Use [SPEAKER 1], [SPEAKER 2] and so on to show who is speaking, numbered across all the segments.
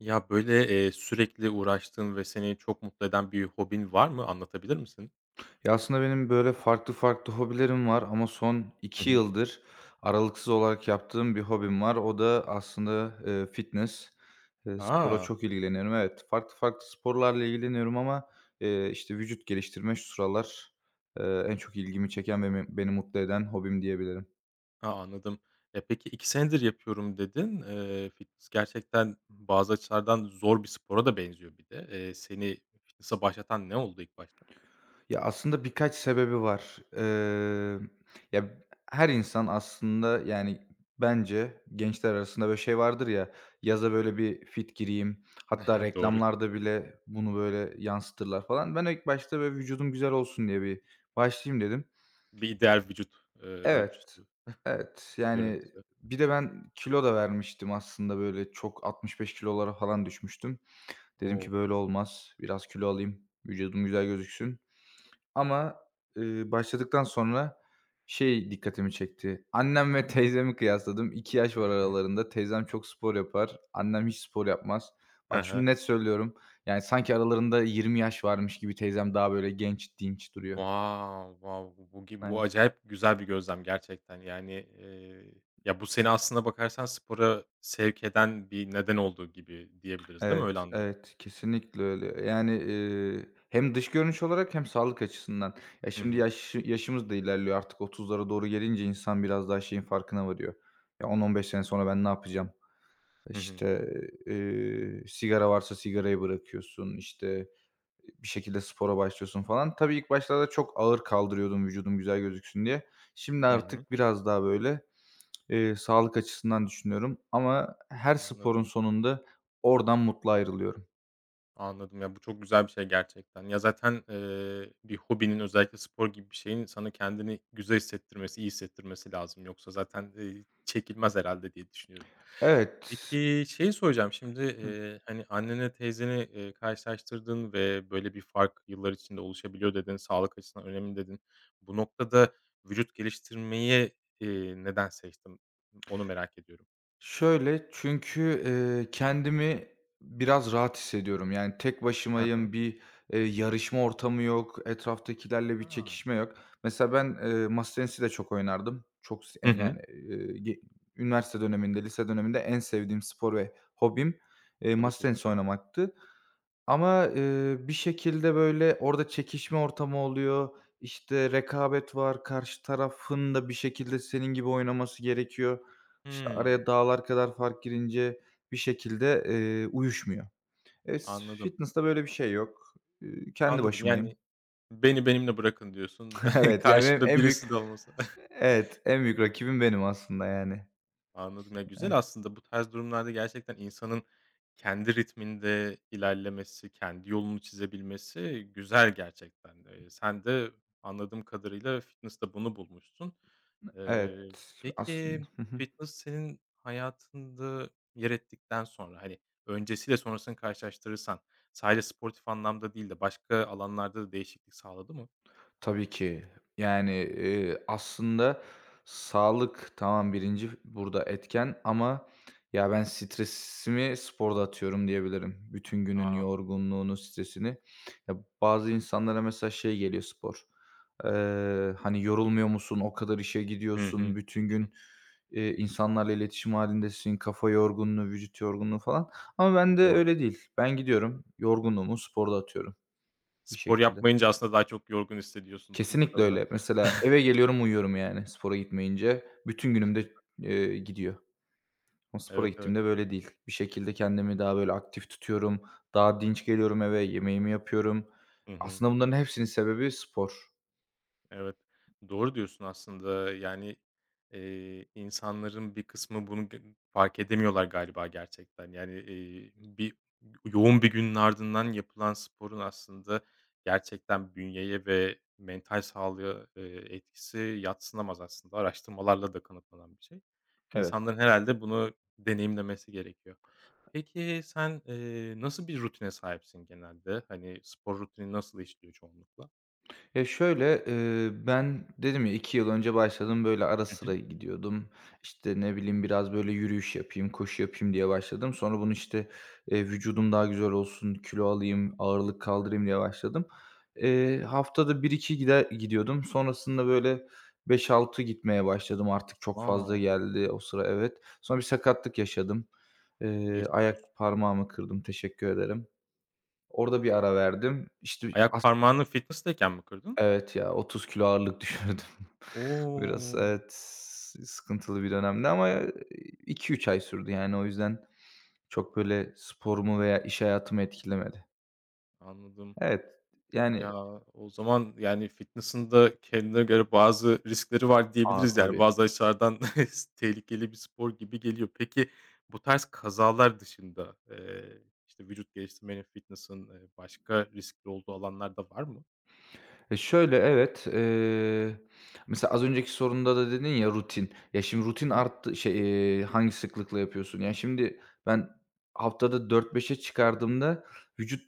[SPEAKER 1] Ya, böyle, sürekli uğraştığın ve seni çok mutlu eden bir hobin var mı? Anlatabilir misin?
[SPEAKER 2] Ya, aslında benim böyle farklı farklı hobilerim var ama son
[SPEAKER 1] Hı
[SPEAKER 2] iki
[SPEAKER 1] hı.
[SPEAKER 2] yıldır aralıksız olarak yaptığım bir hobim var. O da aslında, fitness. Sporla
[SPEAKER 1] A!
[SPEAKER 2] çok ilgileniyorum. Evet, farklı farklı sporlarla ilgileniyorum ama, işte, vücut geliştirme şu sıralar, en çok ilgimi çeken ve beni mutlu eden hobim diyebilirim.
[SPEAKER 1] Ha, anladım. E, peki 2 senedir yapıyorum dedin. Fitness gerçekten bazı açılardan zor bir spora da benziyor bir de. Seni fitness'a başlatan ne oldu ilk başta?
[SPEAKER 2] Ya, aslında birkaç sebebi var. Ya, her insan aslında, yani, bence gençler arasında böyle şey vardır ya, yaza böyle bir fit gireyim, hatta
[SPEAKER 1] Doğru.
[SPEAKER 2] reklamlarda bile bunu böyle yansıtırlar falan. Ben ilk başta böyle vücudum güzel olsun diye bir başlayayım dedim.
[SPEAKER 1] Bir ideal vücut,
[SPEAKER 2] Evet,
[SPEAKER 1] ölçüsü,
[SPEAKER 2] evet, yani,
[SPEAKER 1] görüntüsü.
[SPEAKER 2] bir de ben kilo da vermiştim aslında böyle çok 65 kilolara falan düşmüştüm. Dedim
[SPEAKER 1] O!
[SPEAKER 2] ki böyle olmaz, biraz kilo alayım, vücudum güzel gözüksün. Ama, başladıktan sonra şey dikkatimi çekti. Annem ve teyzemi kıyasladım. 2 yaş var aralarında. Teyzem çok spor yapar, annem hiç spor yapmaz.
[SPEAKER 1] He
[SPEAKER 2] Bak şunu net söylüyorum, yani sanki aralarında 20 yaş varmış gibi teyzem daha böyle genç, dinç duruyor.
[SPEAKER 1] Wow, wow! Bu
[SPEAKER 2] Evet,
[SPEAKER 1] acayip güzel bir gözlem gerçekten. Eee, Ya, bu seni aslında bakarsan spora sevk eden bir neden olduğu gibi diyebiliriz, değil mi?
[SPEAKER 2] evet,
[SPEAKER 1] Öyle anlıyorum.
[SPEAKER 2] evet, kesinlikle öyle. Yani, hem dış görünüş olarak hem sağlık açısından. Ya,
[SPEAKER 1] Hı
[SPEAKER 2] şimdi
[SPEAKER 1] hı.
[SPEAKER 2] yaşımız da ilerliyor, artık 30'lara doğru gelince insan biraz daha şeyin farkına varıyor. Ya, 10-15 sene sonra ben ne yapacağım?
[SPEAKER 1] Hı hı.
[SPEAKER 2] İşte, sigara varsa sigarayı bırakıyorsun, işte, bir şekilde spora başlıyorsun falan. Tabii ilk başlarda çok ağır kaldırıyordum vücudum güzel gözüksün diye. Şimdi
[SPEAKER 1] Hı hı.
[SPEAKER 2] artık biraz daha, böyle, sağlık açısından düşünüyorum ama her sporun
[SPEAKER 1] Anladım.
[SPEAKER 2] sonunda oradan mutlu ayrılıyorum.
[SPEAKER 1] Anladım. Ya, bu çok güzel bir şey gerçekten. Ya, zaten, bir hobinin özellikle spor gibi bir şeyin sana kendini güzel hissettirmesi, iyi hissettirmesi lazım. Yoksa zaten, çekilmez herhalde diye düşünüyorum.
[SPEAKER 2] Evet.
[SPEAKER 1] Peki, şeyi soracağım şimdi, hani, annenle teyzeni, karşılaştırdın ve böyle bir fark yıllar içinde oluşabiliyor dedin, sağlık açısından önemli dedin. Bu noktada vücut geliştirmeyi, neden seçtin? Onu merak ediyorum.
[SPEAKER 2] Şöyle, çünkü, kendimi biraz rahat hissediyorum. Yani tek
[SPEAKER 1] Hı hı.
[SPEAKER 2] başımayım, bir, yarışma ortamı yok, etraftakilerle bir
[SPEAKER 1] A!
[SPEAKER 2] çekişme yok. Mesela ben, masa tenisi de çok oynardım. Çok s
[SPEAKER 1] Hı hı.
[SPEAKER 2] yani, ge üniversite döneminde, lise döneminde en sevdiğim spor ve hobim,
[SPEAKER 1] O da
[SPEAKER 2] masa
[SPEAKER 1] çok
[SPEAKER 2] tenisi
[SPEAKER 1] güzel.
[SPEAKER 2] oynamaktı. Ama, bir şekilde, böyle, orada çekişme ortamı oluyor. İşte, rekabet var. Karşı tarafın da bir şekilde senin gibi oynaması gerekiyor. İşte,
[SPEAKER 1] Hımm.
[SPEAKER 2] araya dağlar kadar fark girince bir şekilde, uyuşmuyor. E, s
[SPEAKER 1] Anladım.
[SPEAKER 2] fitness'ta böyle bir şey yok. Kendi
[SPEAKER 1] Anladım.
[SPEAKER 2] başımayım.
[SPEAKER 1] Yani, "Beni benimle bırakın." diyorsun.
[SPEAKER 2] Evet, yani, benim
[SPEAKER 1] Karşımda
[SPEAKER 2] en
[SPEAKER 1] birisi
[SPEAKER 2] büyük
[SPEAKER 1] de olmasa.
[SPEAKER 2] Evet, en büyük rakibim benim aslında, yani.
[SPEAKER 1] Anladım. Ya, güzel
[SPEAKER 2] Evet,
[SPEAKER 1] aslında bu tarz durumlarda gerçekten insanın kendi ritminde ilerlemesi, kendi yolunu çizebilmesi güzel gerçekten. Sen de anladığım kadarıyla fitness'te bunu bulmuşsun. Eee,
[SPEAKER 2] evet, aslında.
[SPEAKER 1] peki fitness senin hayatında yer ettikten sonra, hani, öncesiyle sonrasını karşılaştırırsan sadece sportif anlamda değil de başka alanlarda da değişiklik sağladı mı?
[SPEAKER 2] Tabii ki. Yani, aslında sağlık tamam birinci burada etken ama ya, ben stresimi sporda atıyorum diyebilirim. Bütün günün
[SPEAKER 1] A.
[SPEAKER 2] yorgunluğunu, stresini. Ya, bazı insanlara mesela şey geliyor spor, hani, yorulmuyor musun, o kadar işe
[SPEAKER 1] Hı hı.
[SPEAKER 2] gidiyorsun, bütün gün, insanlarla iletişim halindesin, kafa yorgunluğu, vücut yorgunluğu falan ama
[SPEAKER 1] Hı
[SPEAKER 2] ben
[SPEAKER 1] hı.
[SPEAKER 2] de
[SPEAKER 1] Doğru.
[SPEAKER 2] öyle değil. Ben gidiyorum, yorgunluğumu sporda atıyorum bir
[SPEAKER 1] Spor
[SPEAKER 2] şekilde.
[SPEAKER 1] yapmayınca aslında daha çok yorgun hissediyorsundur
[SPEAKER 2] Kesinlikle
[SPEAKER 1] muhtemelen.
[SPEAKER 2] öyle. Mesela eve geliyorum, uyuyorum yani spora gitmeyince. Bütün günüm de, gidiyor. Ama spora
[SPEAKER 1] Evet, evet.
[SPEAKER 2] gittiğimde böyle değil. Bir şekilde kendimi daha böyle aktif tutuyorum. Daha dinç geliyorum eve, yemeğimi yapıyorum.
[SPEAKER 1] Hı hı.
[SPEAKER 2] Aslında bunların hepsinin sebebi spor.
[SPEAKER 1] Evet, doğru diyorsun aslında. İnsanların bir kısmı bunu fark edemiyorlar galiba gerçekten. Bir yoğun bir günün ardından yapılan sporun aslında gerçekten bünyeye ve mental sağlığa, etkisi yadsınamaz aslında. Araştırmalarla da kanıtlanan bir şey.
[SPEAKER 2] Evet.
[SPEAKER 1] İnsanların herhalde bunu deneyimlemesi gerekiyor. Peki sen, nasıl bir rutine sahipsin genelde? Hani, spor rutini nasıl işliyor çoğunlukla?
[SPEAKER 2] Ya, şöyle, ben dedim ya 2 yıl önce başladım, böyle, ara
[SPEAKER 1] Hı hı.
[SPEAKER 2] sıra gidiyordum. İşte, ne bileyim, biraz, böyle, yürüyüş yapayım, koşu yapayım diye başladım. Sonra bunu, işte, vücudum daha güzel olsun, kilo alayım, ağırlık kaldırayım diye başladım. Haftada bir iki gidiyordum. Sonrasında, böyle, beş altı gitmeye başladım. Artık çok fazla
[SPEAKER 1] A!
[SPEAKER 2] geldi o sıra, evet. Sonra bir sakatlık yaşadım.
[SPEAKER 1] Geçmiş olsun.
[SPEAKER 2] Ayak parmağımı kırdım, teşekkür ederim. Orada bir ara verdim. İşte,
[SPEAKER 1] Ayak parmağını fitness'tayken mi kırdın?
[SPEAKER 2] evet ya, 30 kilo ağırlık düşürdüm. Biraz
[SPEAKER 1] O!
[SPEAKER 2] evet, sıkıntılı bir dönemdi ama, 2-3 ay sürdü yani, o yüzden çok böyle sporumu veya iş hayatımı etkilemedi.
[SPEAKER 1] Anladım.
[SPEAKER 2] Evet, yani.
[SPEAKER 1] Ya, o zaman, yani, fitness'ın da kendine göre bazı riskleri var
[SPEAKER 2] A,
[SPEAKER 1] diyebiliriz, yani,
[SPEAKER 2] tabii.
[SPEAKER 1] bazı açılardan tehlikeli bir spor gibi geliyor. Peki, bu tarz kazalar dışında, işte, vücut geliştirmenin, fitness'ın, başka riskli olduğu alanlar da var mı?
[SPEAKER 2] E, şöyle, evet, mesela az önceki sorunda da dedin ya rutin. Ya, şimdi
[SPEAKER 1] Hı
[SPEAKER 2] rutin
[SPEAKER 1] hı.
[SPEAKER 2] arttı şey, hangi sıklıkla yapıyorsun? Ya, şimdi ben haftada dört beşe çıkardığımda vücut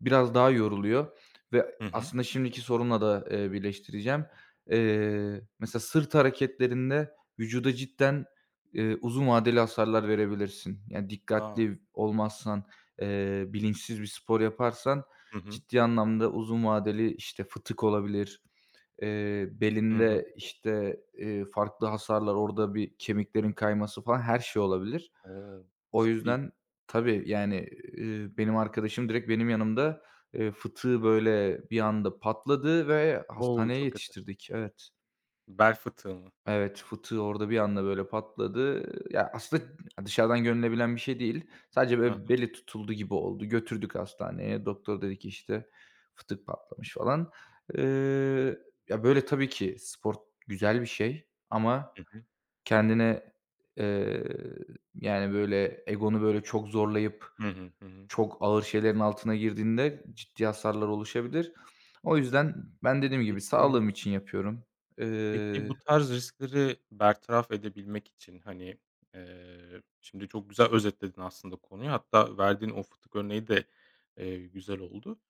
[SPEAKER 2] biraz daha yoruluyor ve
[SPEAKER 1] Hı hı.
[SPEAKER 2] aslında şimdiki sorunla da, birleştireceğim. Mesela sırt hareketlerinde vücuda cidden, uzun vadeli hasarlar verebilirsin. Yani
[SPEAKER 1] A!
[SPEAKER 2] dikkatli olmazsan, bilinçsiz bir spor yaparsan,
[SPEAKER 1] Hı hı.
[SPEAKER 2] ciddi anlamda uzun vadeli, işte, fıtık olabilir,
[SPEAKER 1] Hı hı.
[SPEAKER 2] belinde, işte, farklı hasarlar, orada bir kemiklerin kayması falan her şey olabilir.
[SPEAKER 1] O!
[SPEAKER 2] O
[SPEAKER 1] Ciddi.
[SPEAKER 2] yüzden tabii, yani, benim arkadaşım direkt benim yanımda, fıtığı, böyle, bir anda patladı ve
[SPEAKER 1] O!
[SPEAKER 2] hastaneye
[SPEAKER 1] Çok kötü.
[SPEAKER 2] yetiştirdik. Evet.
[SPEAKER 1] Bel fıtığı mı?
[SPEAKER 2] Evet, fıtığı orada bir anda böyle patladı. Ya, aslında dışarıdan görülebilen bir şey değil. Sadece
[SPEAKER 1] Hı
[SPEAKER 2] böyle
[SPEAKER 1] hı.
[SPEAKER 2] beli tutuldu gibi oldu. Götürdük hastaneye. Doktor dedi ki, işte, "Fıtık patlamış." falan. Eee, ya, böyle tabii ki spor güzel bir şey ama
[SPEAKER 1] Hı hı.
[SPEAKER 2] kendine, eee, yani, böyle egonu böyle çok zorlayıp
[SPEAKER 1] Hı hı. Hı hı.
[SPEAKER 2] çok ağır şeylerin altına girdiğinde ciddi hasarlar oluşabilir. O yüzden ben dediğim gibi
[SPEAKER 1] Peki
[SPEAKER 2] sağlığım için yapıyorum.
[SPEAKER 1] Peki
[SPEAKER 2] Eee
[SPEAKER 1] bu tarz riskleri bertaraf edebilmek için, hani, şimdi çok güzel özetledin aslında konuyu. Hatta verdiğin o fıtık örneği de, güzel oldu.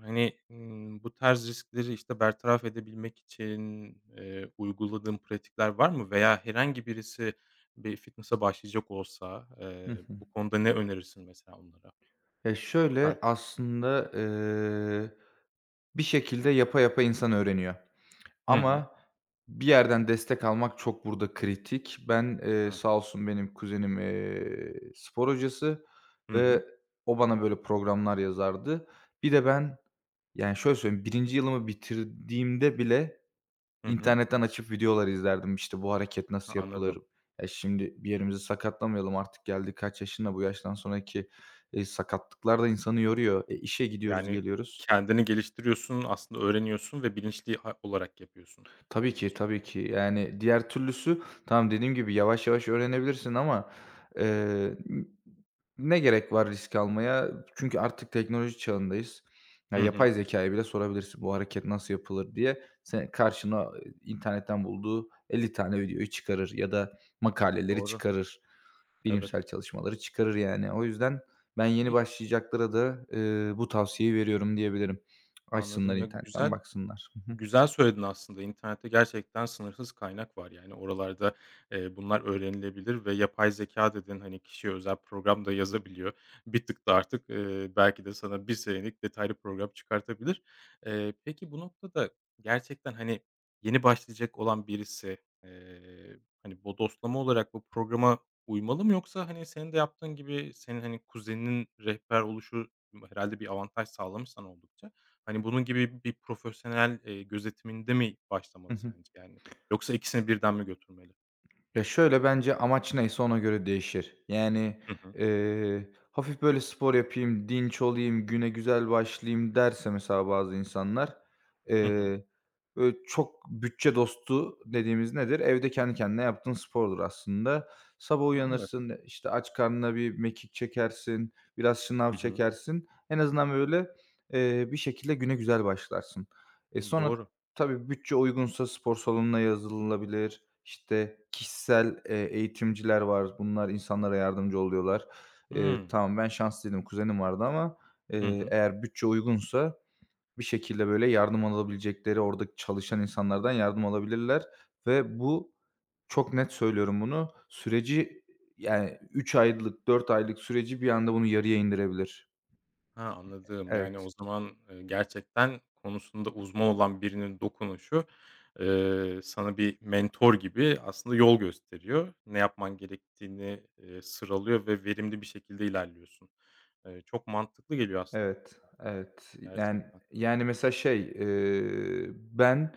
[SPEAKER 1] Hani, bu tarz riskleri, işte, bertaraf edebilmek için, uyguladığın pratikler var mı? Veya herhangi birisi bir fitness'a başlayacak olsa,
[SPEAKER 2] Hı hı.
[SPEAKER 1] bu konuda ne önerirsin mesela onlara?
[SPEAKER 2] Ya,
[SPEAKER 1] Bu tarz.
[SPEAKER 2] şöyle, aslında, bir şekilde yapa yapa insan öğreniyor
[SPEAKER 1] Hı hı.
[SPEAKER 2] ama bir yerden destek almak çok burada kritik. Ben, sağ olsun benim kuzenim, spor hocası
[SPEAKER 1] Hı hı.
[SPEAKER 2] ve o bana böyle programlar yazardı. Bir de ben, yani, şöyle söyleyeyim, birinci yılımı bitirdiğimde bile
[SPEAKER 1] Hı hı.
[SPEAKER 2] İnternetten açıp videolar izlerdim. İşte, bu hareket nasıl yapılır?
[SPEAKER 1] Anladım.
[SPEAKER 2] Ya, şimdi bir yerimizi sakatlamayalım, artık geldik kaç yaşına, bu yaştan sonraki, sakatlıklar da insanı yoruyor. E, işe gidiyoruz,
[SPEAKER 1] Yani,
[SPEAKER 2] geliyoruz.
[SPEAKER 1] kendini geliştiriyorsun, aslında öğreniyorsun ve bilinçli olarak yapıyorsun.
[SPEAKER 2] Tabii
[SPEAKER 1] Bu
[SPEAKER 2] ki,
[SPEAKER 1] spor.
[SPEAKER 2] tabii ki. Yani, diğer türlüsü tamam, dediğim gibi yavaş yavaş öğrenebilirsin ama, eee, ne gerek var risk almaya? Çünkü artık teknoloji çağındayız. Ya,
[SPEAKER 1] Hı hı.
[SPEAKER 2] yapay zekâya bile sorabilirsin, "Bu hareket nasıl yapılır?" diye. Sen karşına, internetten bulduğu 50 tane videoyu çıkarır ya da makaleleri
[SPEAKER 1] Doğru.
[SPEAKER 2] çıkarır,
[SPEAKER 1] Evet.
[SPEAKER 2] bilimsel çalışmaları çıkarır yani. O yüzden ben yeni
[SPEAKER 1] Peki,
[SPEAKER 2] başlayacaklara da, bu tavsiyeyi veriyorum diyebilirim.
[SPEAKER 1] anladım.
[SPEAKER 2] Açsınlar internetten baksınlar. Hı hı.
[SPEAKER 1] Güzel söyledin aslında. İnternette gerçekten sınırsız kaynak var. Yani oralarda, bunlar öğrenilebilir ve yapay zeka dedin, hani, kişiye özel program da yazabiliyor. Bir tık da artık, belki de sana bir senelik detaylı program çıkartabilir. Peki bu noktada gerçekten, hani, yeni başlayacak olan birisi, hani, bodoslama olarak bu programa uymalı mı yoksa, hani, senin de yaptığın gibi senin, hani, kuzeninin rehber oluşu herhâlde bir avantaj sağlamış sana oldukça. Hani, bunun gibi bir profesyonel, gözetiminde mi
[SPEAKER 2] Hı
[SPEAKER 1] başlamalı
[SPEAKER 2] hı.
[SPEAKER 1] sence, yani? Yoksa ikisini birden mi götürmeli?
[SPEAKER 2] Ya, şöyle, bence amaç neyse ona göre değişir. Yani,
[SPEAKER 1] Hı hı.
[SPEAKER 2] hafif böyle spor yapayım, dinç olayım, güne güzel başlayayım derse mesela bazı insanlar,
[SPEAKER 1] Hı hı.
[SPEAKER 2] eee, böyle çok bütçe dostu dediğimiz nedir? Evde kendi kendine yaptığın spordur aslında. Sabah
[SPEAKER 1] A, evet.
[SPEAKER 2] uyanırsın, işte, aç karnına bir mekik çekersin, biraz şınav
[SPEAKER 1] Hı hı.
[SPEAKER 2] çekersin. En azından böyle, bir şekilde güne güzel başlarsın. E, sonra
[SPEAKER 1] Doğru.
[SPEAKER 2] tabii bütçe uygunsa spor salonuna yazılabilir. İşte, kişisel, eğitimciler var. Bunlar insanlara yardımcı oluyorlar.
[SPEAKER 1] Hımm.
[SPEAKER 2] Tamam, ben şanslıydım, kuzenim vardı ama,
[SPEAKER 1] Hı hı.
[SPEAKER 2] eğer bütçe uygunsa bir şekilde, böyle, yardım alabilecekleri oradaki çalışan insanlardan yardım alabilirler ve bu, çok net söylüyorum bunu, süreci, yani, 3 aylık, 4 aylık süreci bir anda bunu yarıya indirebilir.
[SPEAKER 1] Ha, anladım. Yani, o
[SPEAKER 2] Evet.
[SPEAKER 1] zaman, gerçekten konusunda uzman olan birinin dokunuşu, sana bir mentor gibi aslında yol gösteriyor. Ne yapman gerektiğini, sıralıyor ve verimli bir şekilde ilerliyorsun. Çok mantıklı geliyor aslında
[SPEAKER 2] Evet, evet. Yani
[SPEAKER 1] gerçekten.
[SPEAKER 2] yani, mesela şey, ben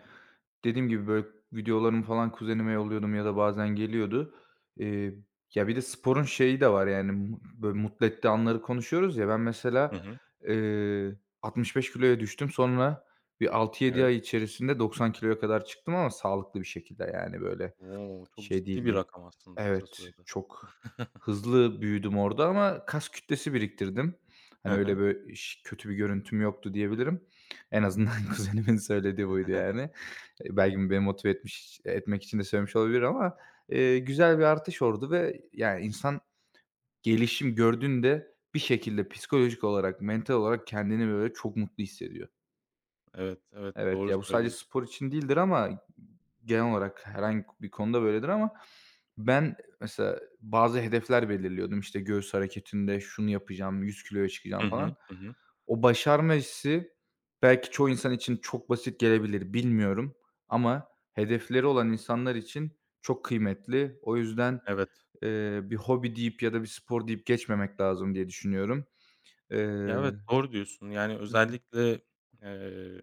[SPEAKER 2] dediğim gibi, böyle, videolarımı falan kuzenime yolluyordum ya da bazen geliyordu. Eee, ya, bir de sporun şeyi de var, yani, böyle, mutlu ettiği anları konuşuyoruz ya. Ben
[SPEAKER 1] Hı
[SPEAKER 2] mesela,
[SPEAKER 1] hı.
[SPEAKER 2] 65 kiloya düştüm. Sonra bir altı yedi
[SPEAKER 1] Evet.
[SPEAKER 2] ay içerisinde 90 kiloya kadar çıktım ama sağlıklı bir şekilde, yani, böyle,
[SPEAKER 1] O! Çok
[SPEAKER 2] şey
[SPEAKER 1] ciddi bir
[SPEAKER 2] değildi.
[SPEAKER 1] rakam aslında kısa
[SPEAKER 2] Evet,
[SPEAKER 1] sürede.
[SPEAKER 2] çok
[SPEAKER 1] Hı hı.
[SPEAKER 2] hızlı büyüdüm orada ama kas kütlesi biriktirdim. Hani, öyle, böyle, kötü bir görüntüm yoktu diyebilirim. En azından kuzenimin söylediği
[SPEAKER 1] Hı
[SPEAKER 2] buydu
[SPEAKER 1] hı.
[SPEAKER 2] yani. Belki beni motive etmek için de söylemiş olabilir ama, güzel bir artış oldu ve yani insan gelişim gördüğünde bir şekilde psikolojik olarak, mental olarak kendini, böyle, çok mutlu hissediyor.
[SPEAKER 1] Evet, evet,
[SPEAKER 2] Evet,
[SPEAKER 1] doğru
[SPEAKER 2] ya bu sadece
[SPEAKER 1] söylüyorsun.
[SPEAKER 2] spor için değildir ama genel olarak herhangi bir konuda böyledir ama ben mesela bazı hedefler belirliyordum. İşte göğüs hareketinde şunu yapacağım, 100 kiloya
[SPEAKER 1] Hı
[SPEAKER 2] çıkacağım falan.
[SPEAKER 1] hı. Hı hı.
[SPEAKER 2] O başarma hissi belki çoğu insan için çok basit gelebilir, bilmiyorum ama hedefleri olan insanlar için çok kıymetli. O yüzden,
[SPEAKER 1] Evet.
[SPEAKER 2] bir hobi deyip ya da bir spor deyip geçmemek lazım diye düşünüyorum. Eee
[SPEAKER 1] Ya, evet, doğru diyorsun. Yani özellikle, eee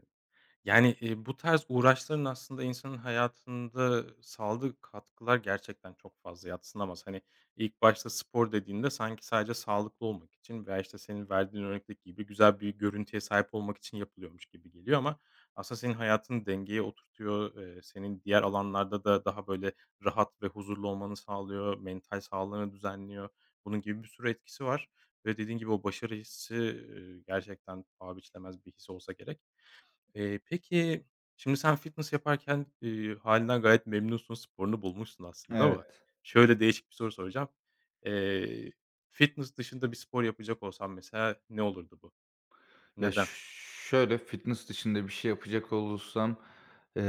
[SPEAKER 1] yani, bu tarz uğraşların aslında insanın hayatında sağladığı katkılar gerçekten çok fazla, yadsınamaz. Hani, ilk başta spor dediğinde sanki sadece sağlıklı olmak için veya, işte, senin verdiğin örnekteki gibi güzel bir görüntüye sahip olmak için yapılıyormuş gibi geliyor ama aslında senin hayatını dengeye oturtuyor. Senin diğer alanlarda da daha, böyle, rahat ve huzurlu olmanı sağlıyor, mental sağlığını düzenliyor. Bunun gibi bir sürü etkisi var ve dediğin gibi o başarı hissi, gerçekten paha biçilemez bir his olsa gerek. Peki, şimdi sen fitness yaparken, hâlinden gayet memnunsun, sporunu bulmuşsun aslında ama
[SPEAKER 2] Evet.
[SPEAKER 1] şöyle değişik bir soru soracağım. Eee, Fitness dışında bir spor yapacak olsan mesela ne olurdu bu?
[SPEAKER 2] Ya, ş
[SPEAKER 1] Neden?
[SPEAKER 2] şöyle, fitness dışında bir şey yapacak olursam, eee,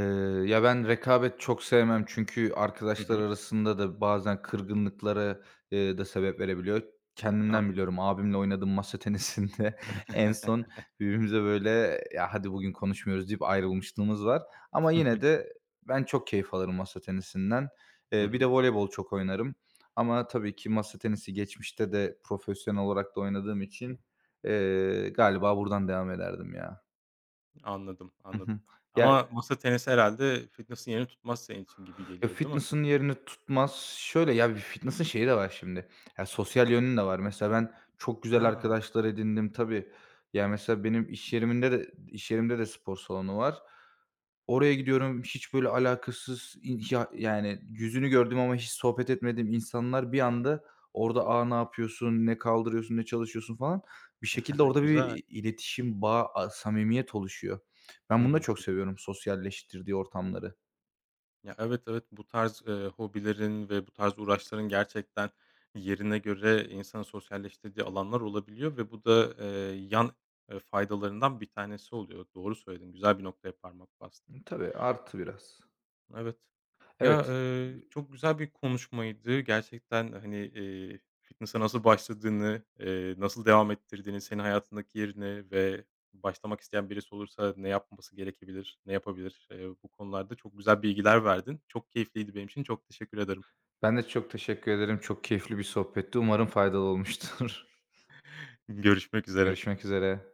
[SPEAKER 2] ya, ben rekabet çok sevmem çünkü
[SPEAKER 1] Hı
[SPEAKER 2] arkadaşlar
[SPEAKER 1] hı.
[SPEAKER 2] arasında da bazen kırgınlıklara, da sebep verebiliyor. Kendimden
[SPEAKER 1] Anladım.
[SPEAKER 2] biliyorum, abimle oynadığım masa tenisinde en son birbirimize böyle, "Ya, hadi bugün konuşmuyoruz." deyip ayrılmışlığımız var ama yine de ben çok keyif alırım masa tenisinden.
[SPEAKER 1] Hı
[SPEAKER 2] Bir de
[SPEAKER 1] hı.
[SPEAKER 2] voleybol çok oynarım ama tabii ki masa tenisi geçmişte de profesyonel olarak da oynadığım için, galiba buradan devam ederdim ya.
[SPEAKER 1] Anladım,
[SPEAKER 2] Hı
[SPEAKER 1] anladım.
[SPEAKER 2] hı. Ya,
[SPEAKER 1] Ama masa tenisi herhalde fitness'ın yerini tutmaz senin için gibi
[SPEAKER 2] ya,
[SPEAKER 1] geliyor, değil mi?
[SPEAKER 2] fitness'ın yerini tutmaz. Şöyle ya, bir fitness'ın şeyi de var şimdi, ya, sosyal yönü de var. Mesela ben çok güzel
[SPEAKER 1] Ha,
[SPEAKER 2] arkadaşlar edindim. Tabii, ya, mesela benim iş yerimde de spor salonu var. Oraya gidiyorum, hiç böyle alakasız ya yani yüzünü gördüm ama hiç sohbet etmediğim insanlar bir anda orada, "Aa, ne yapıyorsun, ne kaldırıyorsun, ne çalışıyorsun?" falan, bir şekilde orada
[SPEAKER 1] güzel.
[SPEAKER 2] bir iletişim, bağ, samimiyet oluşuyor.
[SPEAKER 1] Hı
[SPEAKER 2] Ben bunu da
[SPEAKER 1] hı.
[SPEAKER 2] çok seviyorum, sosyalleştirdiği ortamları.
[SPEAKER 1] Ya, evet, evet, bu tarz, hobilerin ve bu tarz uğraşların gerçekten yerine göre insanın sosyalleştirdiği alanlar olabiliyor ve bu da, yan, faydalarından bir tanesi oluyor. Doğru söyledin, güzel bir noktaya parmak bastın.
[SPEAKER 2] Tabii, artı biraz.
[SPEAKER 1] Evet. Ya,
[SPEAKER 2] Evet,
[SPEAKER 1] çok güzel bir konuşmaydı. Gerçekten, hani, fitness'a nasıl başladığını, nasıl devam ettirdiğini, senin hayatındaki yerini ve başlamak isteyen birisi olursa ne yapması gerekebilir, ne yapabilir, bu konularda çok güzel bilgiler verdin. Çok keyifliydi benim için. Çok teşekkür ederim.
[SPEAKER 2] ben de çok teşekkür ederim. Çok keyifli bir sohbetti. Umarım faydalı olmuştur.
[SPEAKER 1] Görüşmek üzere.
[SPEAKER 2] Görüşmek üzere.